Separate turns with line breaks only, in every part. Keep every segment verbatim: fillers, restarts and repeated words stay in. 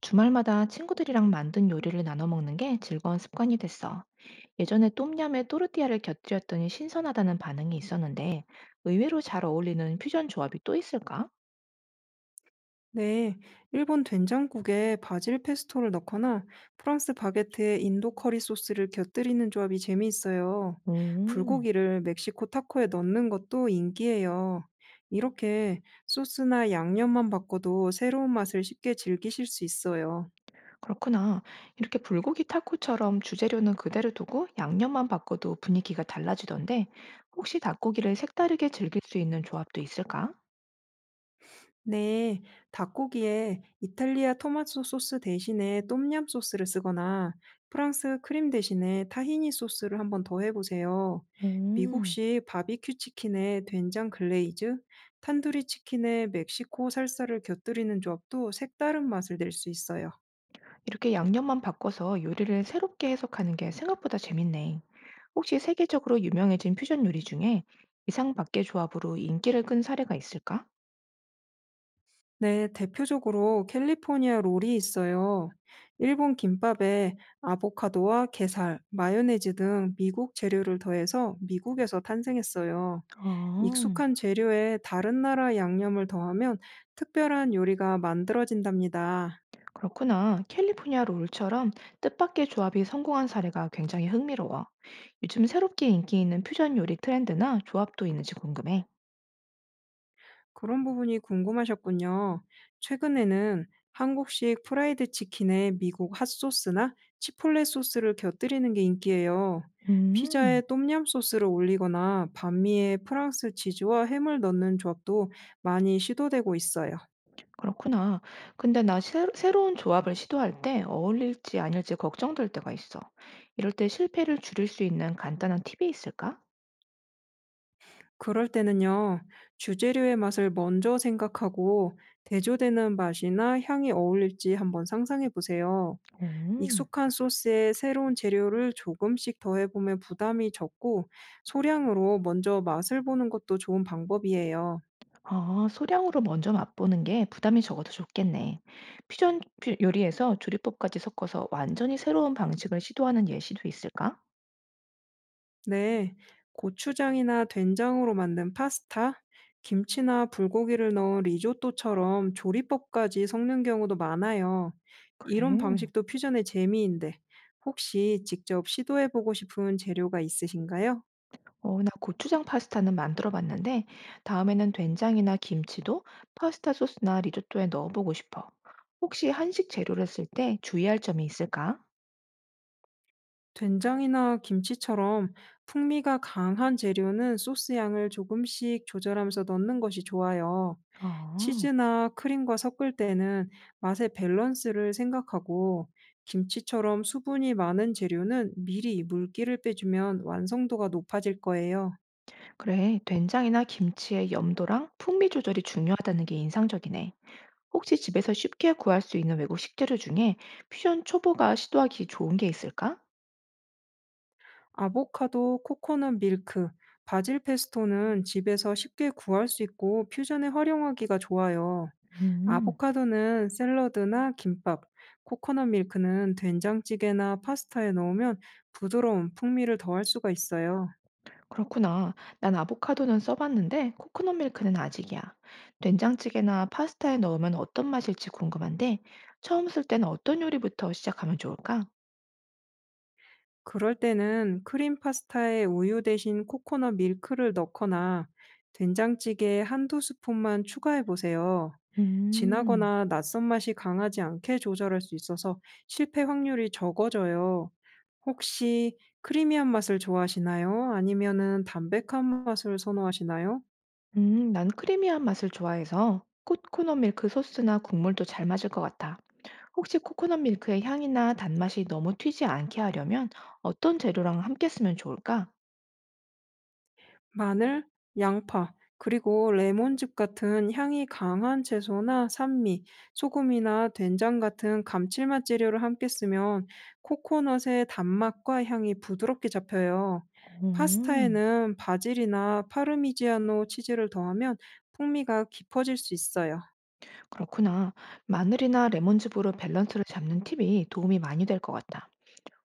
주말마다 친구들이랑 만든 요리를 나눠 먹는 게 즐거운 습관이 됐어. 예전에 똠얌에 또르띠아를 곁들였더니 신선하다는 반응이 있었는데 의외로 잘 어울리는 퓨전 조합이 또 있을까?
네, 일본 된장국에 바질 페스토를 넣거나 프랑스 바게트에 인도 커리 소스를 곁들이는 조합이 재미있어요.
음,
불고기를 멕시코 타코에 넣는 것도 인기예요. 이렇게 소스나 양념만 바꿔도 새로운 맛을 쉽게 즐기실 수 있어요.
그렇구나. 이렇게 불고기 타코처럼 주재료는 그대로 두고 양념만 바꿔도 분위기가 달라지던데 혹시 닭고기를 색다르게 즐길 수 있는 조합도 있을까?
네, 닭고기에 이탈리아 토마토 소스 대신에 똠얌 소스를 쓰거나 프랑스 크림 대신에 타히니 소스를 한번 더 해보세요.
음.
미국식 바비큐 치킨에 된장 글레이즈, 탄두리 치킨에 멕시코 살사를 곁들이는 조합도 색다른 맛을 낼 수 있어요.
이렇게 양념만 바꿔서 요리를 새롭게 해석하는 게 생각보다 재밌네. 혹시 세계적으로 유명해진 퓨전 요리 중에 이상 밖의 조합으로 인기를 끈 사례가 있을까?
네, 대표적으로 캘리포니아 롤이 있어요. 일본 김밥에 아보카도와 게살, 마요네즈 등 미국 재료를 더해서 미국에서 탄생했어요.
아,
익숙한 재료에 다른 나라 양념을 더하면 특별한 요리가 만들어진답니다.
그렇구나. 캘리포니아 롤처럼 뜻밖의 조합이 성공한 사례가 굉장히 흥미로워. 요즘 새롭게 인기 있는 퓨전 요리 트렌드나 조합도 있는지 궁금해.
그런 부분이 궁금하셨군요. 최근에는 한국식 프라이드 치킨에 미국 핫소스나 치폴레 소스를 곁들이는 게 인기예요.
음,
피자에 똠얌 소스를 올리거나 반미에 프랑스 치즈와 햄을 넣는 조합도 많이 시도되고 있어요.
그렇구나. 근데 나 새, 로운 조합을 시도할 때 어울릴지 아닐지 걱정될 때가 있어. 이럴 때 실패를 줄일 수 있는 간단한 팁이 있을까?
그럴 때는요, 주재료의 맛을 먼저 생각하고 대조되는 맛이나 향이 어울릴지 한번 상상해 보세요.
오.
익숙한 소스에 새로운 재료를 조금씩 더해보면 부담이 적고 소량으로 먼저 맛을 보는 것도 좋은 방법이에요.
아, 소량으로 먼저 맛보는 게 부담이 적어도 좋겠네. 퓨전 퓨- 요리에서 조리법까지 섞어서 완전히 새로운 방식을 시도하는 예시도 있을까?
네, 고추장이나 된장으로 만든 파스타, 김치나 불고기를 넣은 리조또처럼 조리법까지 섞는 경우도 많아요. 이런
그래.
방식도 퓨전의 재미인데, 혹시 직접 시도해보고 싶은 재료가 있으신가요?
어, 나 고추장 파스타는 만들어 봤는데 다음에는 된장이나 김치도 파스타 소스나 리조또에 넣어보고 싶어. 혹시 한식 재료를 쓸 때 주의할 점이 있을까?
된장이나 김치처럼 풍미가 강한 재료는 소스 양을 조금씩 조절하면서 넣는 것이 좋아요.
아,
치즈나 크림과 섞을 때는 맛의 밸런스를 생각하고 김치처럼 수분이 많은 재료는 미리 물기를 빼주면 완성도가 높아질 거예요.
그래, 된장이나 김치의 염도랑 풍미 조절이 중요하다는 게 인상적이네. 혹시 집에서 쉽게 구할 수 있는 외국 식재료 중에 퓨전 초보가 시도하기 좋은 게 있을까?
아보카도, 코코넛 밀크, 바질 페스토는 집에서 쉽게 구할 수 있고 퓨전에 활용하기가 좋아요.
음,
아보카도는 샐러드나 김밥, 코코넛 밀크는 된장찌개나 파스타에 넣으면 부드러운 풍미를 더할 수가 있어요.
그렇구나. 난 아보카도는 써봤는데 코코넛 밀크는 아직이야. 된장찌개나 파스타에 넣으면 어떤 맛일지 궁금한데 처음 쓸 때는 어떤 요리부터 시작하면 좋을까?
그럴 때는 크림 파스타에 우유 대신 코코넛 밀크를 넣거나 된장찌개에 한두 스푼만 추가해 보세요.
음,
진하거나 낯선 맛이 강하지 않게 조절할 수 있어서 실패 확률이 적어져요. 혹시 크리미한 맛을 좋아하시나요? 아니면은 담백한 맛을 선호하시나요?
음, 난 크리미한 맛을 좋아해서 코코넛 밀크 소스나 국물도 잘 맞을 것 같아. 혹시 코코넛 밀크의 향이나 단맛이 너무 튀지 않게 하려면 어떤 재료랑 함께 쓰면 좋을까?
마늘, 양파, 그리고 레몬즙 같은 향이 강한 채소나 산미, 소금이나 된장 같은 감칠맛 재료를 함께 쓰면 코코넛의 단맛과 향이 부드럽게 잡혀요.
음,
파스타에는 바질이나 파르미지아노 치즈를 더하면 풍미가 깊어질 수 있어요.
그렇구나. 마늘이나 레몬즙으로 밸런스를 잡는 팁이 도움이 많이 될 것 같다.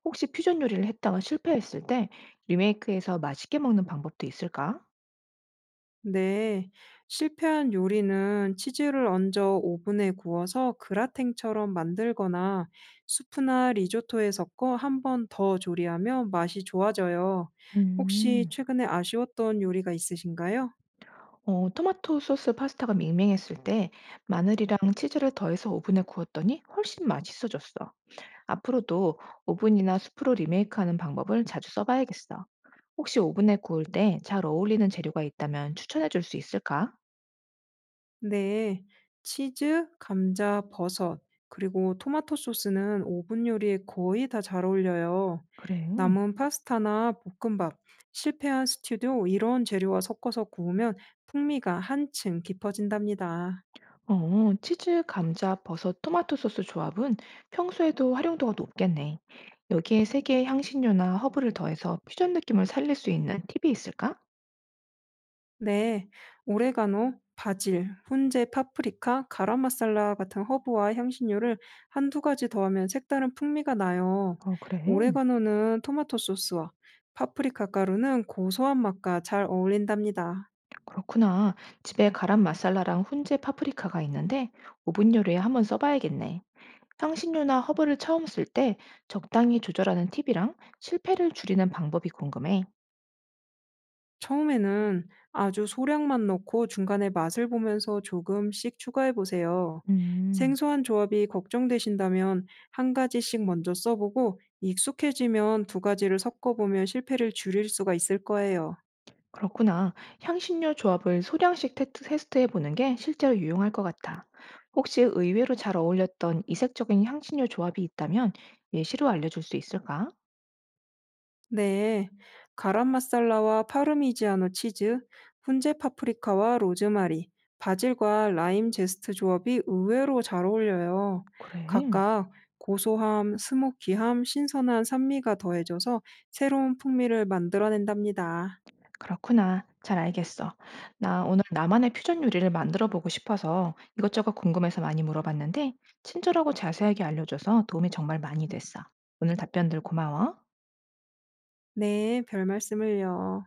혹시 퓨전 요리를 했다가 실패했을 때 리메이크해서 맛있게 먹는 방법도 있을까?
네, 실패한 요리는 치즈를 얹어 오븐에 구워서 그라탱처럼 만들거나 수프나 리조또에 섞어 한번 더 조리하면 맛이 좋아져요. 혹시
음,
최근에 아쉬웠던 요리가 있으신가요?
어, 토마토 소스 파스타가 밍밍했을 때 마늘이랑 치즈를 더해서 오븐에 구웠더니 훨씬 맛있어졌어. 앞으로도 오븐이나 수프로 리메이크하는 방법을 자주 써봐야겠어. 혹시 오븐에 구울 때 잘 어울리는 재료가 있다면 추천해 줄 수 있을까?
네, 치즈, 감자, 버섯, 그리고 토마토 소스는 오븐 요리에 거의 다 잘 어울려요.
그래.
남은 파스타나 볶음밥, 실패한 스튜도 이런 재료와 섞어서 구우면 풍미가 한층 깊어진답니다.
어, 치즈, 감자, 버섯, 토마토 소스 조합은 평소에도 활용도가 높겠네. 여기에 세 개의 향신료나 허브를 더해서 퓨전 느낌을 살릴 수 있는 팁이 있을까?
네, 오레가노, 바질, 훈제, 파프리카, 가람마살라 같은 허브와 향신료를 한두 가지 더하면 색다른 풍미가 나요.
어, 그래.
오레가노는 토마토 소스와 파프리카 가루는 고소한 맛과 잘 어울린답니다.
그렇구나. 집에 가람 마살라랑 훈제 파프리카가 있는데 오븐 요리에 한번 써봐야겠네. 향신료나 허브를 처음 쓸 때 적당히 조절하는 팁이랑 실패를 줄이는 방법이 궁금해.
처음에는 아주 소량만 넣고 중간에 맛을 보면서 조금씩 추가해 보세요.
음.
생소한 조합이 걱정되신다면 한 가지씩 먼저 써보고 익숙해지면 두 가지를 섞어보면 실패를 줄일 수가 있을 거예요.
그렇구나. 향신료 조합을 소량씩 테트- 테스트해 보는 게 실제로 유용할 것 같아. 혹시 의외로 잘 어울렸던 이색적인 향신료 조합이 있다면 예시로 알려줄 수 있을까?
네, 가람 마살라와 파르미지아노 치즈, 훈제 파프리카와 로즈마리, 바질과 라임 제스트 조합이 의외로 잘 어울려요.
그래.
각각 고소함, 스모키함, 신선한 산미가 더해져서 새로운 풍미를 만들어낸답니다.
그렇구나. 잘 알겠어. 나 오늘 나만의 퓨전 요리를 만들어 보고 싶어서 이것저것 궁금해서 많이 물어봤는데, 친절하고 자세하게 알려줘서 도움이 정말 많이 됐어. 오늘 답변들 고마워.
네, 별 말씀을요.